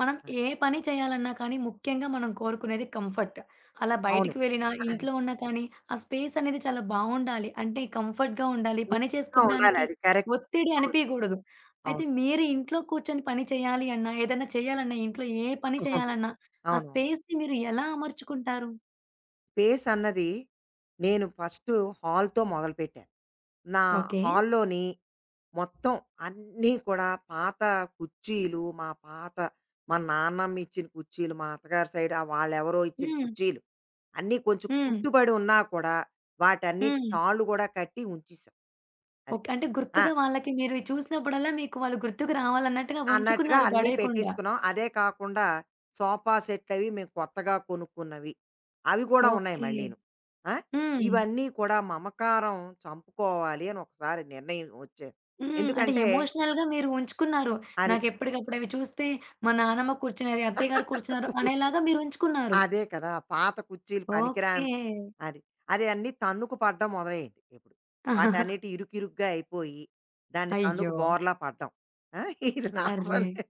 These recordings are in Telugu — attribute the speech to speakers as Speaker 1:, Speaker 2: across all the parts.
Speaker 1: మనం
Speaker 2: ఆ!
Speaker 1: ఏ పని చేయాలన్నా కానీ ముఖ్యంగా మనం కోరుకునేది కంఫర్ట్. అలా
Speaker 2: అవును.
Speaker 1: బయటికి వెళ్ళినా, ఇంట్లో ఉన్నా కానీ ఆ స్పేస్ అనేది చాలా బావుండాలి. అంటే కంఫర్ట్‌గా ఉండాలి. పని
Speaker 2: నీట్‌గా ఉండాలి
Speaker 1: చేసుకుంటానికి
Speaker 2: అది. కరెక్ట్.
Speaker 1: ఒత్తిడి
Speaker 2: అవును.
Speaker 1: అనిపియకూడదు. అయితే
Speaker 2: అవును.
Speaker 1: మీరు ఇంట్లో కూర్చొని పని చేయాలి అన్నా, ఏదైనా చేయాలన్నా, ఇంట్లో ఏ పని
Speaker 2: అవును.
Speaker 1: చేయాలన్నా ఆ
Speaker 2: అవునవును.
Speaker 1: స్పేస్‌ని మీరు ఎలా అమర్చుకుంటారు?
Speaker 2: స్పేస్ అన్నది నేను ఫస్టు హాల్‌తో మొదలుపెట్టాను. నా
Speaker 1: ఓకే.
Speaker 2: హాల్‌లోని మొత్తం అన్నీ కూడా పాత కుర్చీలు, మా నాన్నమ్మ ఇచ్చిన కుర్చీలు, మా అత్తగారి సైడ్ వాళ్ళెవరో ఇచ్చిన
Speaker 1: హ్మ్.
Speaker 2: కుర్చీలు అన్నీ కొంచెం
Speaker 1: హ్మ్.
Speaker 2: కుంటుబడి ఉన్నా కూడా వాటన్నిటి
Speaker 1: హ్మ్.
Speaker 2: తాళ్ళు గూడా కట్టి ఉంచేసాం. అది.
Speaker 1: ఓకే. అంటే
Speaker 2: ఆ!
Speaker 1: గుర్తుగా వాళ్ళకి మీరు చూసినప్పుడల్లా మీకు వాళ్ళు గుర్తుకు రావాలన్నట్టుగా
Speaker 2: అన్నట్టుగా
Speaker 1: ఉంచుకున్నారు
Speaker 2: అన్నీ
Speaker 1: పడేయకుండా.
Speaker 2: పెట్టేసుకున్నాం. అదే కాకుండా సోఫా సెట్‌లవి మేము కొత్తగా కొనుక్కున్నవి. అవి గూడా ఉన్నాయి
Speaker 1: ఓకే.
Speaker 2: మళ్ళీను. ఆ!
Speaker 1: హ్మ్.
Speaker 2: ఇవన్నీ కూడా మమకారం చంపుకోవాలి అని ఒకసారి నిర్ణయం వచ్చాను.
Speaker 1: హ్మ్. అంటే
Speaker 2: ఎందుకంటే
Speaker 1: ఎమోషనల్‌గా మీరు ఉంచుకున్నారు.
Speaker 2: అది
Speaker 1: నాకెప్పటికప్పుడు అవి చూస్తే మా నానమ్మ కూర్చునేది, అత్తయ్య గారు కూర్చున్నారు అనేలాగా మీరు ఉంచుకున్నారు.
Speaker 2: అదే కదా! పాత కుర్చీలు
Speaker 1: ఓకే.
Speaker 2: పనికిరాని అది. అది అన్నీ తన్నుకు పడడం మొదలయ్యింది ఇప్పుడు. వాటన్నిటి ఇరుకిరుగ్గా అయిపోయి, దాన్ని తన్నుకు
Speaker 1: అయ్యో!
Speaker 2: బోర్లా పడ్డం. ఆ! ఇది లాభం
Speaker 1: అర్రే!
Speaker 2: లే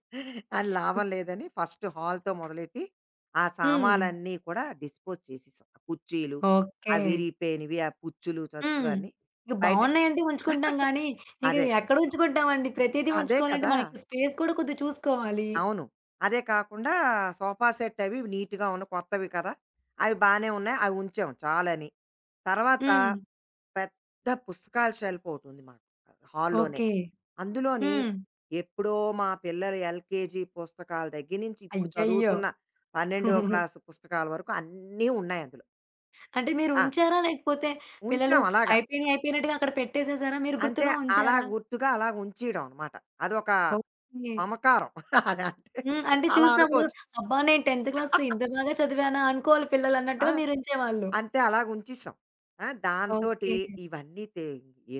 Speaker 2: అది లాభం లేదని ఫస్ట్ హాల్‌తో మొదలెట్టి, ఆ
Speaker 1: హ్మ్.
Speaker 2: సామాలన్నీ కూడా డిస్పోజ్ చేసేసాం. ఆ కుర్చీలు, ఆ
Speaker 1: ఓకే.
Speaker 2: విరిగిపోయినవి, ఆ పుచ్చులు, చచ్చులు
Speaker 1: హ్మ్.
Speaker 2: అన్నీ
Speaker 1: ఇక
Speaker 2: బయట.
Speaker 1: బావున్నాయంటే ఉంచుకుంటాం గానీ, ఇక
Speaker 2: అదే.
Speaker 1: ఎక్కడ ఉంచుకుంటామండి. ప్రతీదీ
Speaker 2: అదే
Speaker 1: ఉంచుకోవాలంటే
Speaker 2: కదా!
Speaker 1: మనకి స్పేస్ కూడా కొద్దిగా చూసుకోవాలి.
Speaker 2: అవును. అదే కాకుండా సోఫా సెట్ అవి నీట్‌గా ఉన్న కొత్తవి కదా! అవి బానే ఉన్నాయి. అవి ఉంచాం చాలని. తర్వాత
Speaker 1: హ్మ్.
Speaker 2: పెద్ద పుస్తకాల షెల్ఫ్ ఒకటుంది మాకు హాల్లోనే.
Speaker 1: ఓకే.
Speaker 2: అందులోని
Speaker 1: హ్మ్.
Speaker 2: ఎప్పుడో మా పిల్లలు ఎల్‌కేజీ పుస్తకాల దగ్గర నుంచి ఇప్పుడు
Speaker 1: అయ్యయ్యో!
Speaker 2: చదువుతున్న 12వ క్లాసు పుస్తకాల వరకు అన్నీ ఉన్నాయి అందులో.
Speaker 1: అంటే మీరు
Speaker 2: ఆ!
Speaker 1: ఉంచారా? లేకపోతే పిల్లలు
Speaker 2: ఉంచాం అలాగా.
Speaker 1: అయిపోయినయి అయిపోయినట్టుగా అక్కడ పెట్టేసేసారా? మీరు
Speaker 2: అంటే
Speaker 1: గుర్తుగా
Speaker 2: అలా
Speaker 1: ఉంచారా?
Speaker 2: గుర్తుగా అలా ఉంచేయడం అన్నమాట. అదొక
Speaker 1: ఓకే.
Speaker 2: మమకారం. అదంటే
Speaker 1: హ్మ్. అంటే
Speaker 2: అలా
Speaker 1: చూసినప్పుడు
Speaker 2: అనుకోవచ్చు.
Speaker 1: అబ్బా! నేను 10వ క్లాస్‌లో ఇంత బాగా చదివానా అనుకోవాలి
Speaker 2: ఆ!
Speaker 1: పిల్లలన్నట్టుగా మీరుంచేవాళ్ళు.
Speaker 2: అంతే అలాగుంచేసాం. ఆ! దాంతోటి
Speaker 1: ఓకే.
Speaker 2: ఇవన్నీ తె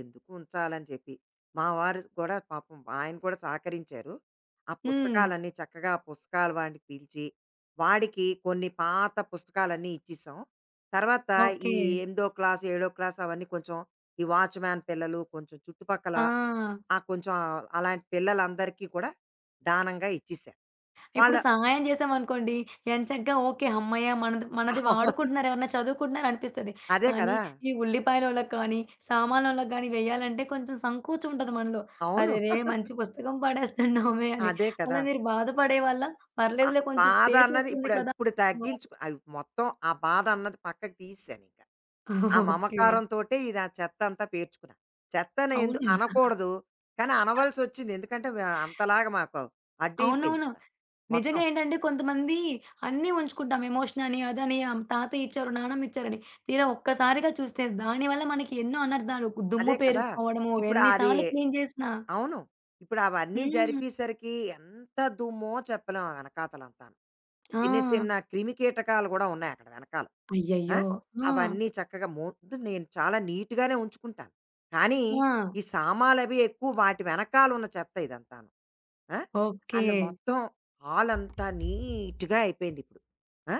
Speaker 2: ఎందుకు ఉంచాలని చెప్పి, మా వారు కూడా పాపం ఆయన కూడా సహకరించారు. ఆ
Speaker 1: హ్మ్.
Speaker 2: పుస్తకాలన్నీ చక్కగా ఆ పుస్తకాల వాడిని పిలిచి, వాడికి కొన్ని పాత పుస్తకాలన్నీ ఇచ్చేసాం. తర్వాత ఈ
Speaker 1: ఓకే.
Speaker 2: ఎనిమిదో క్లాస్, ఏడో క్లాస్ అవన్నీ కొంచెం ఈ వాచ్‌మ్యాన్ పిల్లలు, కొంచెం చుట్టుపక్కల
Speaker 1: ఆ!
Speaker 2: ఆ! కొంచెం అలాంటి పిల్లలందరికీ కూడా దానంగా ఇచ్చేసాను. వాళ్ళ.
Speaker 1: ఇప్పుడు సహాయం చేశామనుకోండి ఎంచక్కా ఓకే. హమ్మయ్య! మనది మనది
Speaker 2: అవును.
Speaker 1: వాడుకుంటున్నారు ఎవరన్నా చదువుకుంటున్నారు అనిపిస్తది.
Speaker 2: అదే
Speaker 1: కానీ
Speaker 2: కదా!
Speaker 1: ఈ ఉల్లిపాయలోళ్ళకి కానీ, సామాన్లోళ్ళకి గానీ వెయ్యాలంటే కొంచెం సంకోచం ఉంటది మనలో.
Speaker 2: అవును.
Speaker 1: అరెరే! మంచి పుస్తకం పడేస్తున్నామే అని.
Speaker 2: అదే కదా!
Speaker 1: అలా మీరు బాధపడేవాళ్ళా?
Speaker 2: బా
Speaker 1: పర్లేదులే కొంచెం
Speaker 2: బాధ
Speaker 1: స్పేస్
Speaker 2: అన్నది
Speaker 1: వస్తుంది
Speaker 2: ఇప్పుడు
Speaker 1: కదా!
Speaker 2: ఇప్పుడు
Speaker 1: అనేవాళ్ళా?
Speaker 2: తగ్గించుకు అవి మొత్తం ఆ బాధ అన్నది పక్కకు తీసేసాను ఇంకా. ఆ
Speaker 1: ఓకే.
Speaker 2: మమకారంతోటే ఇది ఆ చెత్త అంతా పేర్చుకున్నా. చెత్తని ఎందు
Speaker 1: అవునా?
Speaker 2: అనకూడదు. కానీ అనవలసి వచ్చింది. ఎందుకంటే వ అంతలాగా మాకు అడ్డయిపోయింది
Speaker 1: అవునవును.
Speaker 2: కదా! మొత్తం.
Speaker 1: నిజంగా ఏంటంటే కొంతమంది అన్నీ ఉంచుకుంటాం. ఎమోషన్ అని, అదని, తాతయ్య ఇచ్చారు, నానమ్మ ఇచ్చారని. తీరా ఒక్కసారిగా చూస్తే దానివల్ల మనకి ఎన్నో అనర్థాలు.
Speaker 2: అదే
Speaker 1: దుమ్ము
Speaker 2: కదా!
Speaker 1: పేరుకుపోవడము,
Speaker 2: ఇప్పుడు
Speaker 1: ఎన్ని
Speaker 2: అది.
Speaker 1: సార్లు క్లీన్ చేసినా.
Speaker 2: అవును. ఇప్పుడు అవన్నీ
Speaker 1: హ్మ్.
Speaker 2: జరిపేసరికి ఎంత దుమ్మో చెప్పలేం ఆ వెనకాతలంతాను.
Speaker 1: ఆ!
Speaker 2: చిన్న చిన్న క్రిమికీటకాలు గూడా ఉన్నాయి అక్కడ వెనకాల. ఆ!
Speaker 1: అయ్యయ్యో! ఆ!
Speaker 2: అవన్నీ చక్కగా ముందు నేను చాలా నీట్‌గానే ఉంచుకుంటాను. కానీ
Speaker 1: ఆ!
Speaker 2: ఈ సామాలవి ఎక్కువ వాటి వెనకాలున్న చెత్త ఇదంతాను. ఆ!
Speaker 1: ఓకే.
Speaker 2: అందు మొత్తం హాలంతా నీట్‌గా అయిపోయిందిప్పుడు. ఆ!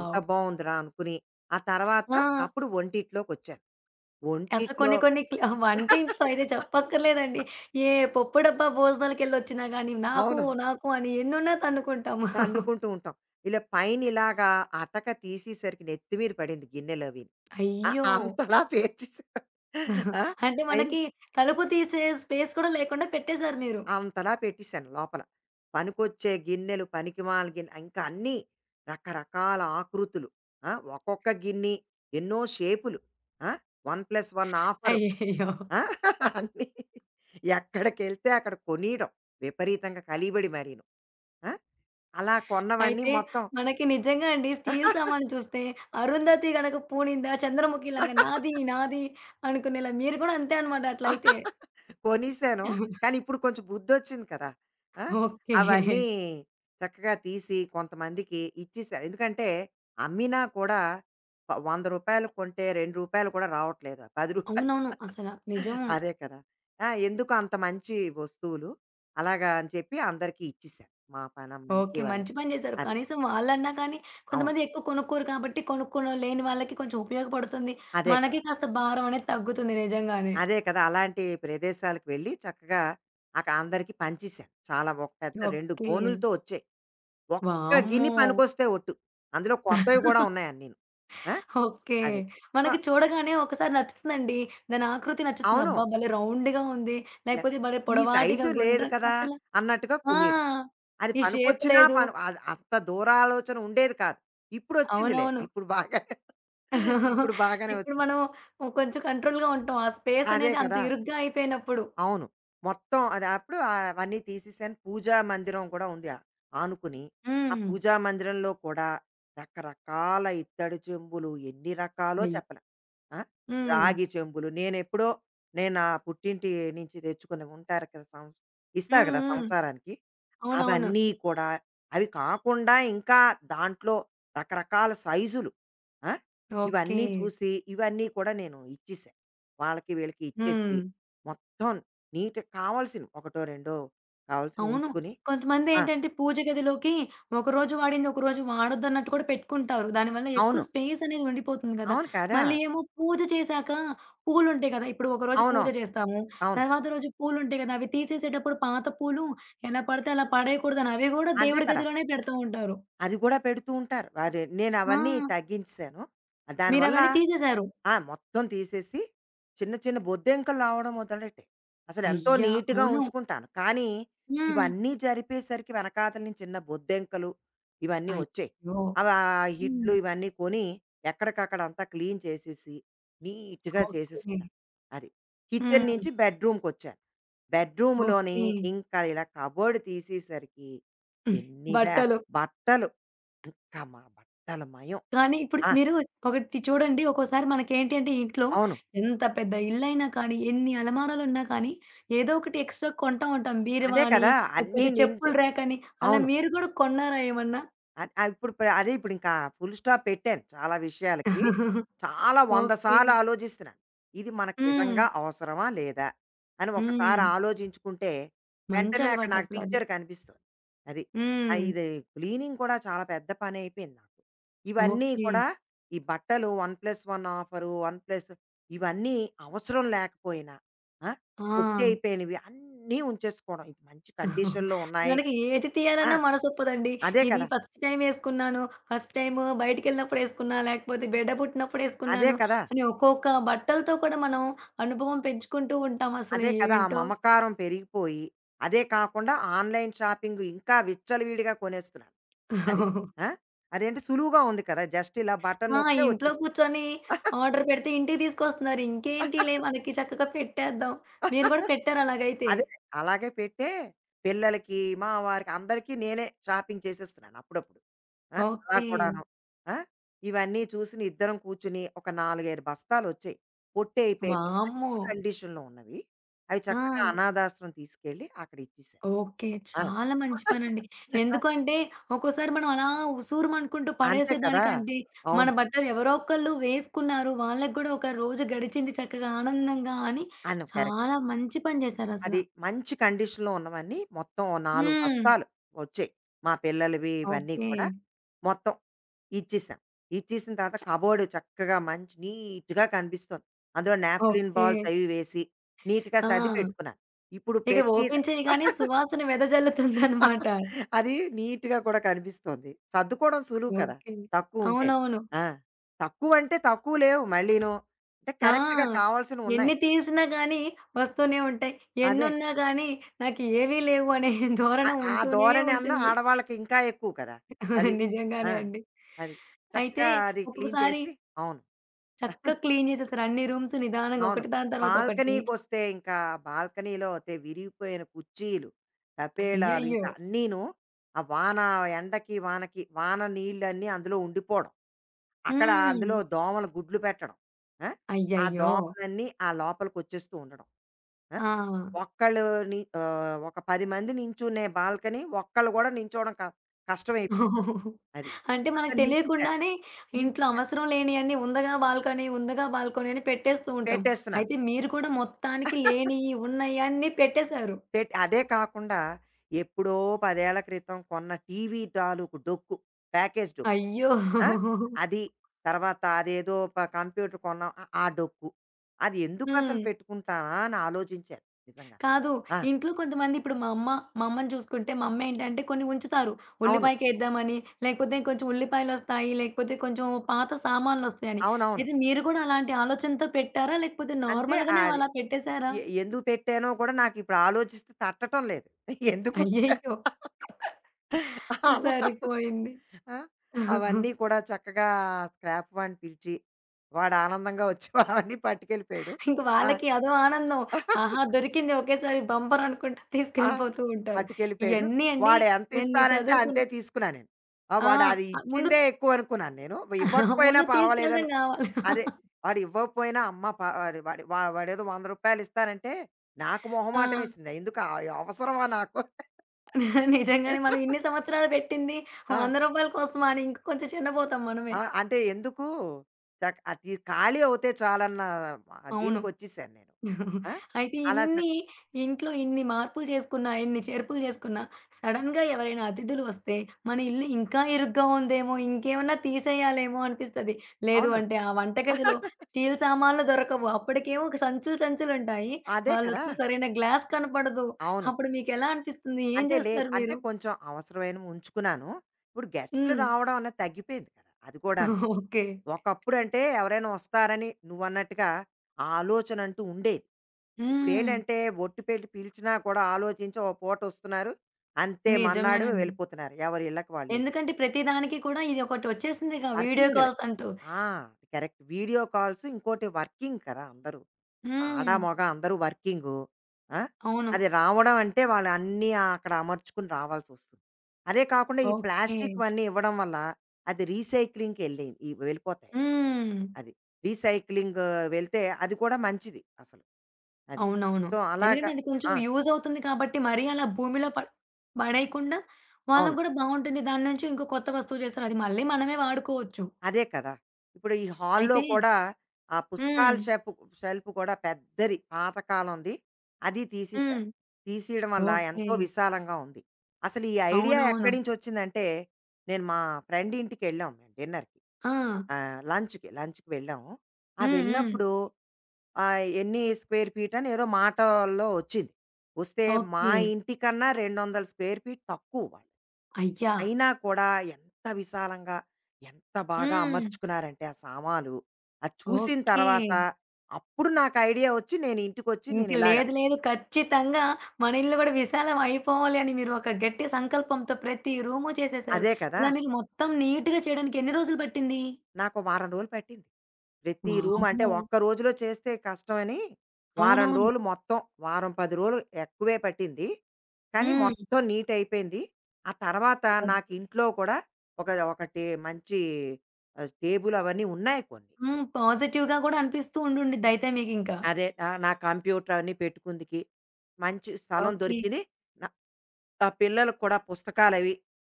Speaker 2: ఎంత బావుందిరా అనుకుని, ఆ తర్వాత
Speaker 1: ఆ!
Speaker 2: అప్పుడు వంటిట్లోకొచ్చాను.
Speaker 1: అసలు
Speaker 2: వంటిట్లో.
Speaker 1: కొన్ని కొన్ని వంటింట్లో అయితే చెప్పక్కర్లేదండి. ఏ పప్పు డబ్బా భోజనాలకెళ్ళొచ్చినా గానీ, నాకు,
Speaker 2: అవును.
Speaker 1: నాకు అని ఎన్నున్నా తన్నుకుంటాము.
Speaker 2: అల్లుకుంటూ ఉంటాం. ఇలా పైన ఇలాగా అటక తీసేసరికి నెత్తి మీద పడింది గిన్నెలవిని.
Speaker 1: అయ్యో!
Speaker 2: అంతలా పేర్చేసాను. ఆ!
Speaker 1: అంటే
Speaker 2: అయిన
Speaker 1: మనకి తలుపు తీసే స్పేస్ కూడా లేకుండా పెట్టేసారు మీరు.
Speaker 2: అంతలా పెట్టేసాను లోపల. పనికొచ్చే గిన్నెలు, పనికిమాలిన గిన్నె ఇంకా అన్నీ రకరకాల ఆకృతులు. ఆ! ఒక్కొక్క గిన్ని ఎన్నో షేపులు. ఆ! 1+1 ఆఫరు.
Speaker 1: అయ్యయ్యో!
Speaker 2: ఆ! అన్నీ ఎక్కడికెళ్తే అక్కడ కొనీయడం. విపరీతంగా కలిబడి మరీను. ఆ! అలా కొన్నవన్నీ
Speaker 1: అయితే
Speaker 2: మొత్తం
Speaker 1: మనకి నిజంగా అండి స్టీల్ సామాన్లు చూస్తే అరుంధతి గనక పూనిందా చంద్రముఖిలాగా నాది, నాది అనుకునేలా మీరు కూడా అంతే అనమాట అట్లయితే.
Speaker 2: కొనేసాను. కానీ ఇప్పుడు కొంచెం బుద్ధొచ్చింది కదా! ఆ!
Speaker 1: ఓకే.
Speaker 2: అవన్నీ చక్కగా తీసి కొంతమందికి ఇచ్చేసా. ఎందుకంటే అమ్మినా కూడా రూ. 100 కొంటే రూ. 2 కూడా రావట్లేదు. రూ. 10.
Speaker 1: అవునవును. అసల నిజము.
Speaker 2: అదే కదా! ఆ! ఎందుకు అంత మంచి వస్తువులు అలాగా అని చెప్పి అందరికీ ఇచ్చేసాను. మా పనమ్మాయికి
Speaker 1: ఓకే. మంచి
Speaker 2: వాళ్ళకి.
Speaker 1: పని చేశారు.
Speaker 2: అది.
Speaker 1: కనీసం వాళ్ళన్నా కానీ
Speaker 2: అవును.
Speaker 1: కొంతమంది ఎక్కువ కొనుక్కోరు కాబట్టి కొనుక్కోనోళ్ళు లేని వాళ్ళకి కొంచెం ఉపయోగపడుతుంది.
Speaker 2: అదే కదా!
Speaker 1: మనకి కాస్త భారం అనేది తగ్గుతుంది నిజంగానే.
Speaker 2: అదే కదా! అలాంటి ప్రదేశాలకు వెళ్ళి చక్కగా అక్కడ అందరికీ పంచేసాను. చాలా ఒక పెద్ద 2
Speaker 1: ఓకే.
Speaker 2: గోనులతో వచ్చాయి. ఒక్క గిన్ని
Speaker 1: వామ్మో!
Speaker 2: పనికొస్తే ఒట్టు. అందులో కొత్తవి కూడా ఉన్నాయి అన్నీను. ఆ!
Speaker 1: ఓకే.
Speaker 2: అది. సో,
Speaker 1: మనకి చూడగానే ఒకసారి నచ్చుతుందండి. దాని ఆకృతి నచ్చుతుంది.
Speaker 2: అవును.
Speaker 1: అబ్బా! భలే రౌండ్‌గా ఉంది.
Speaker 2: ఎ
Speaker 1: లేకపోతే భలే
Speaker 2: ఈ
Speaker 1: పొడవాటిగా
Speaker 2: సైజు లేదు
Speaker 1: గుండ్రం
Speaker 2: కదా!
Speaker 1: అసలు
Speaker 2: అన్నట్టుగా
Speaker 1: ఆ!
Speaker 2: కొనేయడం. అది
Speaker 1: ఈ షేప్
Speaker 2: పనికొచ్చినా
Speaker 1: లేదు.
Speaker 2: పని అది అంత దూరాలోచన ఉండేది కాదు. ఇప్పుడొచ్చిందిలే.
Speaker 1: అవునవును.
Speaker 2: ఇప్పుడు బాగా. ఇప్పుడు బాగానే
Speaker 1: ఇప్పుడు
Speaker 2: వచ్చింది.
Speaker 1: మనం కొంచెం కంట్రోల్‌గా ఉంటాం. ఆ స్పేస్
Speaker 2: అదే
Speaker 1: అనేది అంత
Speaker 2: కదా!
Speaker 1: ఇరుగ్గా అయిపోయినప్పుడు.
Speaker 2: అవును. మొత్తం అది అప్పుడు అవన్నీ తీసేసాను. పూజా మందిరం కూడా ఉంది ఆనుకుని. ఆ
Speaker 1: హ్మ్.
Speaker 2: పూజా మందిరంలో కూడా రకరకాల ఇత్తడి చెంబులు ఎన్ని రకాలో
Speaker 1: అయ్యి
Speaker 2: చెప్పలేం. ఆ!
Speaker 1: హ్మ్.
Speaker 2: రాగి చెంబులు నేనెప్పుడో నేను నా పుట్టింటి నుంచి తెచ్చుకున్నవి ఉంటారు కదా! ఇస్తారు
Speaker 1: హ్మ్.
Speaker 2: కదా!
Speaker 1: హ్మ్.
Speaker 2: సంసారానికి.
Speaker 1: అవునవును.
Speaker 2: అవన్నీ కూడా అవి కాకుండా ఇంకా దాంట్లో రకరకాల సైజులు. ఆ?
Speaker 1: ఓకే.
Speaker 2: ఇవన్నీ చూసి ఇవన్నీ కూడా నేను ఇచ్చేసాను వాళ్ళకి వీళ్ళకి ఇచ్చేసి
Speaker 1: హ్మ్.
Speaker 2: మొత్తం నీట్ కావాల్సిన ఒకటో రెండో కావాల్సిన
Speaker 1: అవును.
Speaker 2: ఉంచుకుని. ఆ,
Speaker 1: కొంతమందేంటంటే పూజ గదిలోకి ఒకరోజు వాడింది ఒకరోజు వాడొద్దన్నట్టు కూడా పెట్టుకుంటారు. దానివల్ల ఎక్కువ
Speaker 2: అవును.
Speaker 1: స్పేస్ అనేది ఉండిపోతుంది గదా!
Speaker 2: అవును కదా.
Speaker 1: మళ్ళీ ఏమో పూజ చేశాక పూలుంటాయి గదా! ఇప్పుడు ఒకరోజు పూజ
Speaker 2: అవునవును.
Speaker 1: చేస్తాము.
Speaker 2: అవును.
Speaker 1: తర్వాత రోజు పూలుంటాయి గదా! అవి తీసేసేటప్పుడు పాత పూలు ఎలా పడితే అలా పడేయకూడదని అవి గూడా
Speaker 2: అదే
Speaker 1: దేవుడి
Speaker 2: కదా.
Speaker 1: గదిలోనే పెడుతూ ఉంటారు.
Speaker 2: అది కూడా పెడుతూ ఉంటారు వారు నేను
Speaker 1: ఆ!
Speaker 2: అవన్నీ తగ్గించాను దానివల్ల.
Speaker 1: మీరవన్నీ తీసేశారు.
Speaker 2: ఆ! మొత్తం తీసేసి చిన్న చిన్న బొద్దింకలు రావడం మొదలెట్టాయి. అసలు ఎంతో
Speaker 1: అయ్యా!
Speaker 2: నీట్‌గా
Speaker 1: అవును.
Speaker 2: ఉంచుకుంటాను. కానీ
Speaker 1: హ్మ్.
Speaker 2: ఇవన్నీ జరిపేసరికి వెనకాతల నుంచి చిన్న బొద్దింకలు ఇవన్నీ వచ్చాయి.
Speaker 1: అయ్యో!
Speaker 2: అవి ఆ హిట్లు
Speaker 1: హ్మ్.
Speaker 2: ఇవన్నీ కొని ఎక్కడికక్కడ అంతా క్లీన్ చేసేసి నీట్‌గా
Speaker 1: ఓకే.
Speaker 2: చేసేసుకున్నాను. అది. కిచెన్
Speaker 1: హ్మ్.
Speaker 2: నుంచి బెడ్‌రూమ్‌కొచ్చాను. బెడ్‌రూమ్‌లోని
Speaker 1: ఓకే.
Speaker 2: ఇంకా ఇలా కబోర్డ్ తీసేసరికి ఎన్ని వేల
Speaker 1: బట్టలు.
Speaker 2: బట్టలు ఇంకా మా బట్టల మయం.
Speaker 1: కానీ ఇప్పుడు
Speaker 2: ఆ!
Speaker 1: మీరు ఒకటి చూడండి. ఒక్కోసారి మనకేంటి అంటే ఇంట్లో
Speaker 2: అవును.
Speaker 1: ఎంత పెద్ద ఇల్లైనా కానీ, ఎన్ని అలమారాలున్నా కానీ, ఏదో ఒకటి ఎక్స్‌ట్రా కొంటా ఉంటాం. బీరువా
Speaker 2: అదే
Speaker 1: అని,
Speaker 2: కదా! అన్నీ
Speaker 1: లేకపోతే
Speaker 2: నిండు.
Speaker 1: చెప్పుల ర్యాక్ అని. అలా
Speaker 2: అవును.
Speaker 1: మీరు కూడా కొన్నారా ఏమన్నా?
Speaker 2: అద్ ఆహ్, ఇప్పుడు ప్ర అదే ఇప్పుడింకా ఫుల్ స్టాప్ పెట్టాను చాలా విషయాలకి. చాలా 100
Speaker 1: ఓకే.
Speaker 2: సార్లు ఆలోచిస్తున్నాను. ఇది మనకు
Speaker 1: హ్మ్.
Speaker 2: నిజంగా అవసరమా? లేదా? అని ఒకసారి
Speaker 1: హ్మ్.
Speaker 2: ఆలోచించుకుంటే,
Speaker 1: మంచి
Speaker 2: వెంటనే అక్కడ నాకు
Speaker 1: అలవాటసలది.
Speaker 2: పిక్చర్ కనిపిస్తుంది. అది.
Speaker 1: హ్మ్.
Speaker 2: ఇది క్లీనింగ్ కూడా చాలా పెద్ద పనయిపోయింది నాకు. ఇవన్నీ
Speaker 1: ఓకే.
Speaker 2: కూడా ఈ బట్టలు 1+1 ఆఫరు, 1+ ఇవన్నీ అవసరం లేకపోయినా ఆ!
Speaker 1: ఆ!
Speaker 2: పొట్టయిపోయినవి అన్నీ ఉంచేసుకోవడం. ఇది మంచి కండిషన్‌లో ఉన్నాయి.
Speaker 1: మనకి ఏది
Speaker 2: ఆ!
Speaker 1: తీయాలన్నా మనసొప్పదండి.
Speaker 2: అదే
Speaker 1: ఇది
Speaker 2: కదా!
Speaker 1: ఫస్ట్ టైమ్ యేసుకున్నాను, ఫస్ట్ టైము బయటికెళ్ళినప్పుడేసుకున్నా, లేకపోతే బిడ్డ
Speaker 2: అదే
Speaker 1: పుట్టినప్పుడేసుకున్నాను
Speaker 2: కదా!
Speaker 1: అని ఒక్కొక్క బట్టలతో కూడా మనం అనుభవం పెంచుకుంటూ ఉంటాం. అసలు
Speaker 2: అదే కదా! ఆ
Speaker 1: ఏంటో!
Speaker 2: మమకారం పెరిగిపోయి, అదే కాకుండా ఆన్‌లైన్ షాపింగ్ ఇంకా విచ్చలవిడిగా కొనేస్తున్నారు. అది. ఆ! అదేంటి సులువుగా ఉంది కదా! జస్ట్ ఇలా బటన్
Speaker 1: ఆ!
Speaker 2: నొక్కితే
Speaker 1: ఇంట్లో
Speaker 2: వచ్చేస్తుంది.
Speaker 1: కూర్చొని ఆర్డర్ పెడితే ఇంటికి తీసుకొస్తున్నారు. ఇంకేంటిలే మనకి చక్కగా పెట్టేద్దాం. మీరు గూడా పెట్టారా అలాగైతే?
Speaker 2: అదే. అలాగే పెట్టే పిల్లలకి, మా వారికి అందరికీ నేనే షాపింగ్ చేసేస్తున్నాను అప్పుడప్పుడు. ఆ! అలా
Speaker 1: ఓకే.
Speaker 2: కూడాను. ఆ! ఇవన్నీ చూసి ఇద్దరం కూర్చొని ఒక 4, 5 బస్తాలొచ్చాయి. పొట్టయిపోయినయి.
Speaker 1: వామ్మో!
Speaker 2: మంచి కండిషన్‌లో ఉన్నవి. అవి
Speaker 1: ఆ!
Speaker 2: చక్కగా అనాథాశ్రమం తీసుకెళ్ళి అక్కడ ఇచ్చేసాను.
Speaker 1: ఓకే.
Speaker 2: ఆ!
Speaker 1: చాలా మంచి పనండి.
Speaker 2: ఆ!
Speaker 1: ఎందుకంటే, ఒక్కోసారి మనం అలా ఉసూరుమనుకుంటూ
Speaker 2: అంతే కదా!
Speaker 1: పడేసేదానికంటే, మన
Speaker 2: అవును.
Speaker 1: బట్టలు ఎవరో ఒకళ్ళు వేసుకున్నారు. వాళ్ళకి గూడా ఒక రోజు గడిచింది చక్కగా ఆనందంగా అని
Speaker 2: అవును. కరెక్ట్.
Speaker 1: చాలా మంచి పని జేశారసల.
Speaker 2: అది మంచి కండిషన్‌లో ఉన్నవన్నీ మొత్తం ఓ 4
Speaker 1: హ్మ్.
Speaker 2: బస్తాలు వచ్చాయి. మా పిల్లలవి ఇవన్నీ
Speaker 1: ఓకే.
Speaker 2: కూడా మొత్తం ఇచ్చేసాం. ఇచ్చేసిన తర్వాత కబోర్డ్ చక్కగా మంచి నీట్‌గా కనిపిస్తుంది. అందులో నాప్థలిన్
Speaker 1: ఓకే.
Speaker 2: బాల్స్ అవి వేసి నీట్‌గా
Speaker 1: ఆ!
Speaker 2: సర్ది పెట్టుకున్నాను. ఇప్పుడు
Speaker 1: ఇక
Speaker 2: ప్రతి.
Speaker 1: ఓపెన్ చేయగానే
Speaker 2: ద
Speaker 1: సువాసన వెదజల్లుతుందనమాట.
Speaker 2: అది నీట్‌గా కూడా కనిపిస్తోంది. సర్దుకోవడం సులువు కదా!
Speaker 1: ఓకే.
Speaker 2: తక్కువుంటే.
Speaker 1: అవునవును.
Speaker 2: ఆ! తక్కువంటే తక్కువ లేవు మళ్ళీను. అంటే
Speaker 1: ఆ!
Speaker 2: కరెక్ట్‌గా కావాల్సినవున్నాయి.
Speaker 1: ఎన్ని తీసినా గానీ వస్తూనే ఉంటాయి.
Speaker 2: అదే.
Speaker 1: ఎన్నున్నా గానీ నాకు ఏవీ లేవు అనే
Speaker 2: ఆ
Speaker 1: ధోరణం
Speaker 2: ఆ
Speaker 1: ఉంటూనే
Speaker 2: ధోరణి అన్నా
Speaker 1: ఉంటుంది.
Speaker 2: ఆడవాళ్ళకి ఇంకా ఎక్కువ కదా! అది. ఆ!
Speaker 1: నిజంగానే అండి.
Speaker 2: అది.
Speaker 1: అయితే
Speaker 2: చక్కగా అది క్లీన్
Speaker 1: ఒక్కొక్కసారి
Speaker 2: చేసి. అవును.
Speaker 1: చక్కగా క్లీన్ చేసేస్తారు. అన్ని రూమ్స్ నిదానంగా
Speaker 2: అవును.
Speaker 1: ఒకటి దాని తర్వాత ఒకటి.
Speaker 2: బాల్కనీకొస్తే ఇంకా బాల్కనీలో అయితే విరిగిపోయిన కుర్చీలు, తపేళాలు
Speaker 1: అయ్యయ్యో!
Speaker 2: ఇంకా అన్నీను. ఆ వాన ఎండకి, వానకి వాన నీళ్ళన్నీ అందులో ఉండిపోవడం. అక్కడ
Speaker 1: హ్మ్.
Speaker 2: అందులో దోమలు గుడ్లు పెట్టడం. ఆ! ఆ
Speaker 1: అయ్యయ్యో!
Speaker 2: దోమలన్నీ ఆ లోపలికొచ్చేస్తూ ఉండడం. ఆ!
Speaker 1: ఆ!
Speaker 2: ఒక్కళ్ళు ఒక 10 మంది నించునే బాల్కనీ ఒక్కళ్ళు గూడా నించోవడం కష్టమైపోయింది అది.
Speaker 1: అంటే
Speaker 2: అంతా
Speaker 1: మనకు
Speaker 2: నింపేశాను.
Speaker 1: తెలియకుండానే ఇంట్లో
Speaker 2: నింపేశాను.
Speaker 1: అవసరం లేనియన్నీ ఉందగా బాల్కనీ, ఉందగా బాల్కనీ అని పెట్టేస్తూ ఉంటాం.
Speaker 2: పెట్టేస్తున్నాను.
Speaker 1: అయితే మీరు కూడా మొత్తానికి లేనియి, ఉన్నయి అన్నీ పెట్టేశారు.
Speaker 2: అదే కాకుండా ఎప్పుడో 10 ఏళ్ల క్రితం కొన్న టీవీ తాలూకు డొక్కు. ప్యాకేజ్ డొక్కు.
Speaker 1: అయ్యో!
Speaker 2: ఆ! అది. తర్వాత అదేదో ప కంప్యూటర్ కొన్నాం. ఆ ఆ డొక్కు. అది ఎందుకసలు
Speaker 1: హ్మ్.
Speaker 2: పెట్టుకుంటానా అని ఆలోచించాను నిజంగా.
Speaker 1: కాదు.
Speaker 2: ఆ!
Speaker 1: ఇంట్లో కొంతమంది ఇప్పుడు మా అమ్మ, మా అమ్మని చూసుకుంటే మా అమ్మ ఏంటంటే కొన్ని ఉంచుతారు.
Speaker 2: అవును.
Speaker 1: ఉల్లిపాయకేద్దామని, లేకపోతే కొంచెం ఉల్లిపాయలొస్తాయి, లేకపోతే కొంచెం పాత సామాన్లొస్తాయని.
Speaker 2: అవునవును.
Speaker 1: అయితే మీరు కూడా అలాంటి ఆలోచనతో పెట్టారా? లేకపోతే
Speaker 2: అంటే
Speaker 1: నార్మల్‌గానే
Speaker 2: అది
Speaker 1: అలా పెట్టేసారా?
Speaker 2: ఎందుకు పెట్టానో కూడా నాకిప్పుడు ఆలోచిస్తే తట్టటం లేదు. ఎందుకొచ్చాను
Speaker 1: అయ్యయ్యో!
Speaker 2: అలా.
Speaker 1: సరిపోయింది.
Speaker 2: ఆ! అవన్నీ కూడా చక్కగా స్క్రాప్ వాడిని పిలిచి, వాడు ఆనందంగా వచ్చి అవన్నీ పట్టుకెళ్ళిపోయాడు.
Speaker 1: ఇంక
Speaker 2: ఆ!
Speaker 1: వాళ్ళకి అదో ఆనందం. ఆహా! దొరికింది ఒకేసారి బంపర్ అనుకుంటా
Speaker 2: ఆ!
Speaker 1: తీసుకెళ్ళిపోతూ ఉంటారు.
Speaker 2: పట్టుకెళ్ళిపోయాడు.
Speaker 1: ఇయన్నీ అండి
Speaker 2: వాడు ఎంత
Speaker 1: ఎన్ని
Speaker 2: ఇస్తానంటే అంతే
Speaker 1: చదువుకున్న
Speaker 2: తీసుకున్నా నేను. ఆ!
Speaker 1: ఆ!
Speaker 2: వాడు అది
Speaker 1: ముందు
Speaker 2: ఇచ్చిందే ఎక్కువ అనుకున్నాను నేను. ఇవ్వకపోయినా
Speaker 1: ముందు
Speaker 2: పర్వాలేదని
Speaker 1: తీసుకెళ్ళడం గావాలి.
Speaker 2: అదే. వాడు ఇవ్వకపోయినా అమ్మ ప వాడి వాడి వా వాడేదో రూ. 100 ఇస్తానంటే నాకు
Speaker 1: ఆ!
Speaker 2: మొహమాటం వేసింది. ఎందుకు అవసరమా నాకు?
Speaker 1: నిజంగానే మనం ఇన్ని సంవత్సరాలు పెట్టింది రూ.
Speaker 2: ఆ!
Speaker 1: 100 కోసమా అని ఇంక కొంచెం చిన్నపోతాం మనమే.
Speaker 2: ఆ! అంటే ఎందుకు అది ఖాళీ అవుతే చాలన్న
Speaker 1: అవును.
Speaker 2: దీనికొచ్చేసాను నేను. ఆ!
Speaker 1: అయితే
Speaker 2: అలా చక్
Speaker 1: ఇన్ని ఇంట్లో ఇన్ని మార్పులు చేసుకున్నా, ఇన్ని చేర్పులు చేసుకున్నా, సడెన్‌గా ఎవరైనా అతిథులు వస్తే మన ఇల్లు ఇంకా ఇరుగ్గా ఉందేమో, ఇంకేమన్నా తీసేయాలేమో అనిపిస్తది. లేదు
Speaker 2: అవును.
Speaker 1: అంటే ఆ వంటగదిలో స్టీల్ సామాన్లు దొరకవు. అప్పటికేమో ఒక సంచులు సంచులుంటాయి.
Speaker 2: అదే కదా!
Speaker 1: వాళ్ళొస్తే సరైన గ్లాస్ కనపడదు.
Speaker 2: అవును.
Speaker 1: అప్పుడు మీకెలా అనిపిస్తుంది? ఏం
Speaker 2: అంటే లేదు
Speaker 1: చేస్తారు
Speaker 2: అంటే
Speaker 1: మీరు?
Speaker 2: కొంచెం అవసరమైనవి ఉంచుకున్నాను. ఇప్పుడు గెస్ట్‌లు
Speaker 1: హ్మ్.
Speaker 2: రావడం అన్నది తగ్గిపోయింది కదా! అది కూడాను.
Speaker 1: ఓకే.
Speaker 2: ఒకప్పుడంటే ఎవరైనా వస్తారని నువ్వన్నట్టుగా ఆ ఆలోచన అంటూ ఉండేది.
Speaker 1: హ్మ్.
Speaker 2: ఇప్పుడేంటంటే ఒట్టు పెట్టి పిలిచినా కూడా ఆలోచించి ఓ పూట వస్తున్నారు. అంతే మన్నాడు
Speaker 1: నిజమేనండి.
Speaker 2: వెళ్ళిపోతున్నారు. ఎవరి ఇళ్ళకి వాళ్ళు వెళ్ళిపోతారు.
Speaker 1: ఎందుకంటే ప్రతి దానికి కూడా ఇది ఒకటి వచ్చేసిందిగా వీడియో
Speaker 2: వర్కింగ్‌లే.
Speaker 1: కాల్స్ అంటూ.
Speaker 2: ఆ! కరెక్ట్. వీడియో కాల్స్ ఇంకోటి వర్కింగ్ కదా అందరూ. ఆడ,
Speaker 1: హ్మ్.
Speaker 2: మగ అందరూ వర్కింగు. ఆ!
Speaker 1: అవును.
Speaker 2: అది రావడం అంటే వాళ్ళు అన్నీ అక్కడ అమర్చుకుని రావాల్సొస్తుంది. అదే కాకుండా ఈ
Speaker 1: ఓకే.
Speaker 2: ప్లాస్టిక్‌వన్నీ ఇవ్వడం వల్ల అది రీసైక్లింగ్‌కెళ్ళి వెళ్ళిపోతాయి.
Speaker 1: హ్మ్.
Speaker 2: అది. రీసైక్లింగ్ వెళ్తే అది కూడా మంచిది అసలు. అది.
Speaker 1: అవునవును.
Speaker 2: సో అలాగా.
Speaker 1: ఎందుకంటే అది కొంచెం
Speaker 2: ఆ!
Speaker 1: యూజ్ అవుతుంది కాబట్టి మరీ అలా భూమిలో పడేయకుండా వాళ్ళకి
Speaker 2: అవును.
Speaker 1: కూడా బావుంటుంది. దాని నుంచి ఇంకో కొత్త వస్తువు చేస్తారు. అది మళ్ళీ మనమే వాడుకోవచ్చు.
Speaker 2: అదే కదా! ఇప్పుడు ఈ హాల్‌లో
Speaker 1: అయితే
Speaker 2: కూడా ఆ పుస్తకాల
Speaker 1: హ్మ్.
Speaker 2: షెల్ఫ్ కూడా పెద్దది పాతకాలంది. అది తీసేశారు.
Speaker 1: హ్మ్.
Speaker 2: తీసేయడం వల్ల
Speaker 1: ఓకే.
Speaker 2: ఎంతో విశాలంగా ఉంది. అసలు ఈ ఐడియా
Speaker 1: అవునవును.
Speaker 2: ఎక్కడి నుంచొచ్చిందంటే, నేను మా ఫ్రెండ్ ఇంటికెళ్ళాం మేము డిన్నర్‌కి.
Speaker 1: ఆ!
Speaker 2: ఆహ్, లంచ్‌కి లంచ్‌కి వెళ్ళాము. ఆ!
Speaker 1: హ్మ్. హ్మ్.
Speaker 2: వెళ్ళినప్పుడు ఆ! ఎన్ని స్క్వేర్ ఫీట్ అని ఏదో మాటల్లో వచ్చింది. వస్తే మా
Speaker 1: ఓకే.
Speaker 2: ఇంటికన్నా 200 స్క్వేర్ ఫీట్ తక్కువ వాళ్ళు.
Speaker 1: అయ్యా!
Speaker 2: అయినా కూడా ఎంత విశాలంగా, ఎంత బాగా
Speaker 1: హ్మ్.
Speaker 2: అమర్చుకున్నారంటే ఆ సామాలు. అది చూసిన
Speaker 1: ఓకే.
Speaker 2: తర్వాత అప్పుడు నాకు ఐడియా వచ్చి నేను ఇంటికొచ్చి
Speaker 1: ఇంక
Speaker 2: నేను ఇలాగ
Speaker 1: లేదు లేదు. ఖచ్చితంగా మన ఇల్లు గూడా విశాలం అయిపోవాలి అని మీరు ఒక గట్టి సంకల్పంతో ప్రతి రూము చేసేశారు.
Speaker 2: అదే కదా!
Speaker 1: ఇలా మీరు మొత్తం నీట్‌గా చేయడానికి ఎన్ని రోజులు పట్టింది?
Speaker 2: నాకు వారం రోజులు పట్టింది. ప్రతి రూమ్ అంటే
Speaker 1: వామ్మో!
Speaker 2: ఒక్క రోజులో చేస్తే కష్టమని వారం
Speaker 1: అవునవును.
Speaker 2: రోజులు మొత్తం వారం పది రోజులు ఎక్కువే పట్టింది కానీ
Speaker 1: హ్మ్.
Speaker 2: మొత్తం నీట్ అయిపోయింది. ఆ తర్వాత
Speaker 1: ఓకే.
Speaker 2: నాకు ఇంట్లో కూడా ఒక ఒకటి మంచి ఆ, టేబుల్ అవన్నీ ఉన్నాయి కొన్ని.
Speaker 1: హ్మ్. పాజిటివ్‌గా గూడా అనిపిస్తూ ఉండుండిద్ది అయితే మీకింకా.
Speaker 2: అదే ఆ, నా కంప్యూటర్ అవన్నీ పెట్టుకుందికి మంచి స్థలం
Speaker 1: ఓకే.
Speaker 2: దొరికింది. నా- ఆ పిల్లలకు కూడా పుస్తకాలు అవి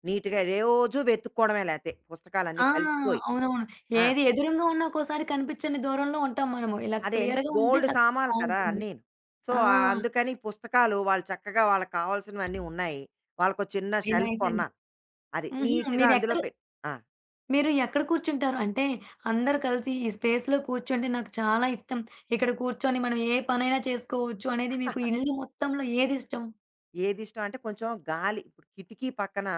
Speaker 2: నీట్గా రోజు వెతుక్కోవడమే లేతే పుస్తకాలన్నీ
Speaker 1: ఆ!
Speaker 2: కలిసిపోయి
Speaker 1: అవునవును. ఏది ఎదురుంగా ఉన్నా ఒక్కోసారి కనిపించని దూరంలో ఉంటాం మనము. ఇలా
Speaker 2: అదే ఎందుకు
Speaker 1: క్లియర్‌గా ఉంటే
Speaker 2: బోల్డు
Speaker 1: చక్కగా
Speaker 2: సామాన్లు కదా
Speaker 1: బావుంటుంది.
Speaker 2: అన్నీను. సో,
Speaker 1: ఆ!
Speaker 2: ఆహ్, అందుకని పుస్తకాలు వాళ్ళు చక్కగా వాళ్ళకి కావాల్సినవన్నీ ఉన్నాయి. వాళ్ళకో చిన్న
Speaker 1: వెరీ
Speaker 2: షెల్ఫ్
Speaker 1: నైస్ అండి.
Speaker 2: కొన్నాను. అది
Speaker 1: హుహు.
Speaker 2: నీట్‌గా అందులో
Speaker 1: మీరెక్కడ
Speaker 2: పెట్ ఆ!
Speaker 1: మీరు ఎక్కడ కూర్చుంటారు? అంటే అందరూ కలిసి ఈ స్పేస్‌లో కూర్చుంటే నాకు చాలా ఇష్టం. ఇక్కడ కూర్చొని మనం ఏ పనైనా చేసుకోవచ్చు అనేది మీకు ఇల్లు మొత్తంలో ఏదిష్టం?
Speaker 2: ఏదిష్టం అంటే కొంచెం గాలి ఇప్పుడు కిటికీ పక్కన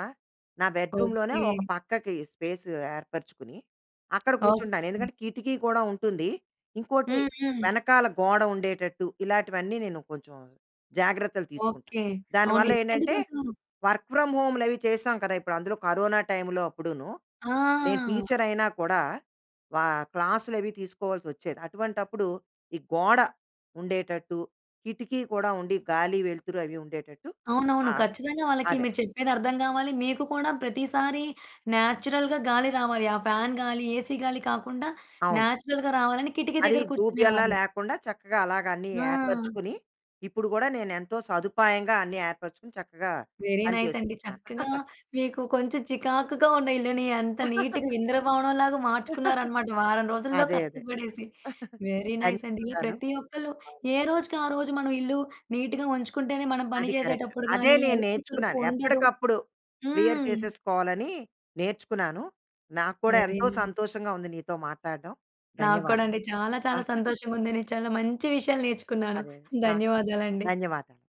Speaker 2: నా బెడ్‌రూమ్‌లోనే
Speaker 1: ఓకే.
Speaker 2: ఒక పక్కకి స్పేస్ ఏర్పరచుకుని, అక్కడ కూర్చుంటాను.
Speaker 1: ఓకే.
Speaker 2: ఎందుకంటే కిటికీ కూడా ఉంటుంది. ఇంకోటి
Speaker 1: హ్మ్. హ్మ్.
Speaker 2: వెనకాల గోడ ఉండేటట్టు ఇలాంటివన్నీ నేను కొంచెం జాగ్రత్తలు తీసుకుంటాను.
Speaker 1: ఓకే. అవును.
Speaker 2: దానివల్ల
Speaker 1: ఎందుకంటే
Speaker 2: ఏంటంటే
Speaker 1: కొంచెం
Speaker 2: వర్క్ ఫ్రమ్ హోమ్‌లవి చేసాం కదా! ఇప్పుడు అందులో కరోనా టైంలో అప్పుడును. నేను
Speaker 1: ఆ!
Speaker 2: టీచర్ అయినా కూడా వా క్లాసులు అవి తీసుకోవాల్సి వచ్చేది. అటువంటప్పుడు ఈ గోడ ఉండేటట్టు, కిటికీ కూడా ఉండి గాలి, వెలుతురు అవి ఉండేటట్టు.
Speaker 1: అవునవును.
Speaker 2: ఆ!
Speaker 1: ఖచ్చితంగా వాళ్ళకి
Speaker 2: అదే.
Speaker 1: మీరు చెప్పేది అర్థం కావాలి. మీకు కూడా ప్రతిసారి నేచురల్‌గా గాలి రావాలి. ఆ ఫ్యాన్ గాలి, ఏసీ గాలి కాకుండా
Speaker 2: అవును.
Speaker 1: నేచురల్‌గా రావాలని కిటికీ
Speaker 2: అది
Speaker 1: దగ్గర
Speaker 2: గూబ్యంలా
Speaker 1: కూర్చునేవాళ్ళు.
Speaker 2: లేకుండా చక్కగా అలాగ అన్నీ
Speaker 1: ఆ!
Speaker 2: ఏర్పరుచుకుని, ఇప్పుడు కూడా నేనెంతో సదుపాయంగా అన్నీ ఏర్పరుచుకుని చక్కగా
Speaker 1: వెరీ
Speaker 2: పని
Speaker 1: నైస్ అండి.
Speaker 2: చేసుకుంటున్నాను.
Speaker 1: చక్కగా మీకు కొంచెం చికాకుగా ఉన్న ఇల్లుని ఎంత నీట్‌గా ఇంద్రభవనంలాగా మార్చుకున్నారనమాట వారం రోజుల్లో
Speaker 2: అదే. అదే.
Speaker 1: కష్టపడేసి. వెరీ నైస్ అండి. ఇలా
Speaker 2: ధన్యవాదాలు.
Speaker 1: ప్రతి ఒక్కళ్ళు
Speaker 2: అవును.
Speaker 1: ఏ రోజుకి ఆ రోజు మనం ఇల్లు నీట్‌గా ఉంచుకుంటేనే మనం పని
Speaker 2: అది కరెక్ట్.
Speaker 1: చేసేటప్పుడు
Speaker 2: అదే
Speaker 1: గానీ,
Speaker 2: నేను
Speaker 1: అలుపు సులుపు
Speaker 2: నేర్చుకున్నాను.
Speaker 1: ఉండదు.
Speaker 2: ఎప్పటికప్పుడు క్లియర్
Speaker 1: హ్మ్.
Speaker 2: చేసేసుకోవాలని నేర్చుకున్నాను. నాకు కూడా
Speaker 1: వెరీ
Speaker 2: ఎంతో
Speaker 1: నైస్.
Speaker 2: సంతోషంగా ఉంది నీతో మాట్లాడడం.
Speaker 1: నాకు కూడా
Speaker 2: ధన్యవాదాలు.
Speaker 1: అండి చాలా చాలా
Speaker 2: ఆ!
Speaker 1: సంతోషంగుంది. నేను చాలా మంచి విషయాలు నేర్చుకున్నాను.
Speaker 2: అదే. నాకు కూడా.
Speaker 1: ధన్యవాదాలండి.
Speaker 2: ధన్యవాదాలు.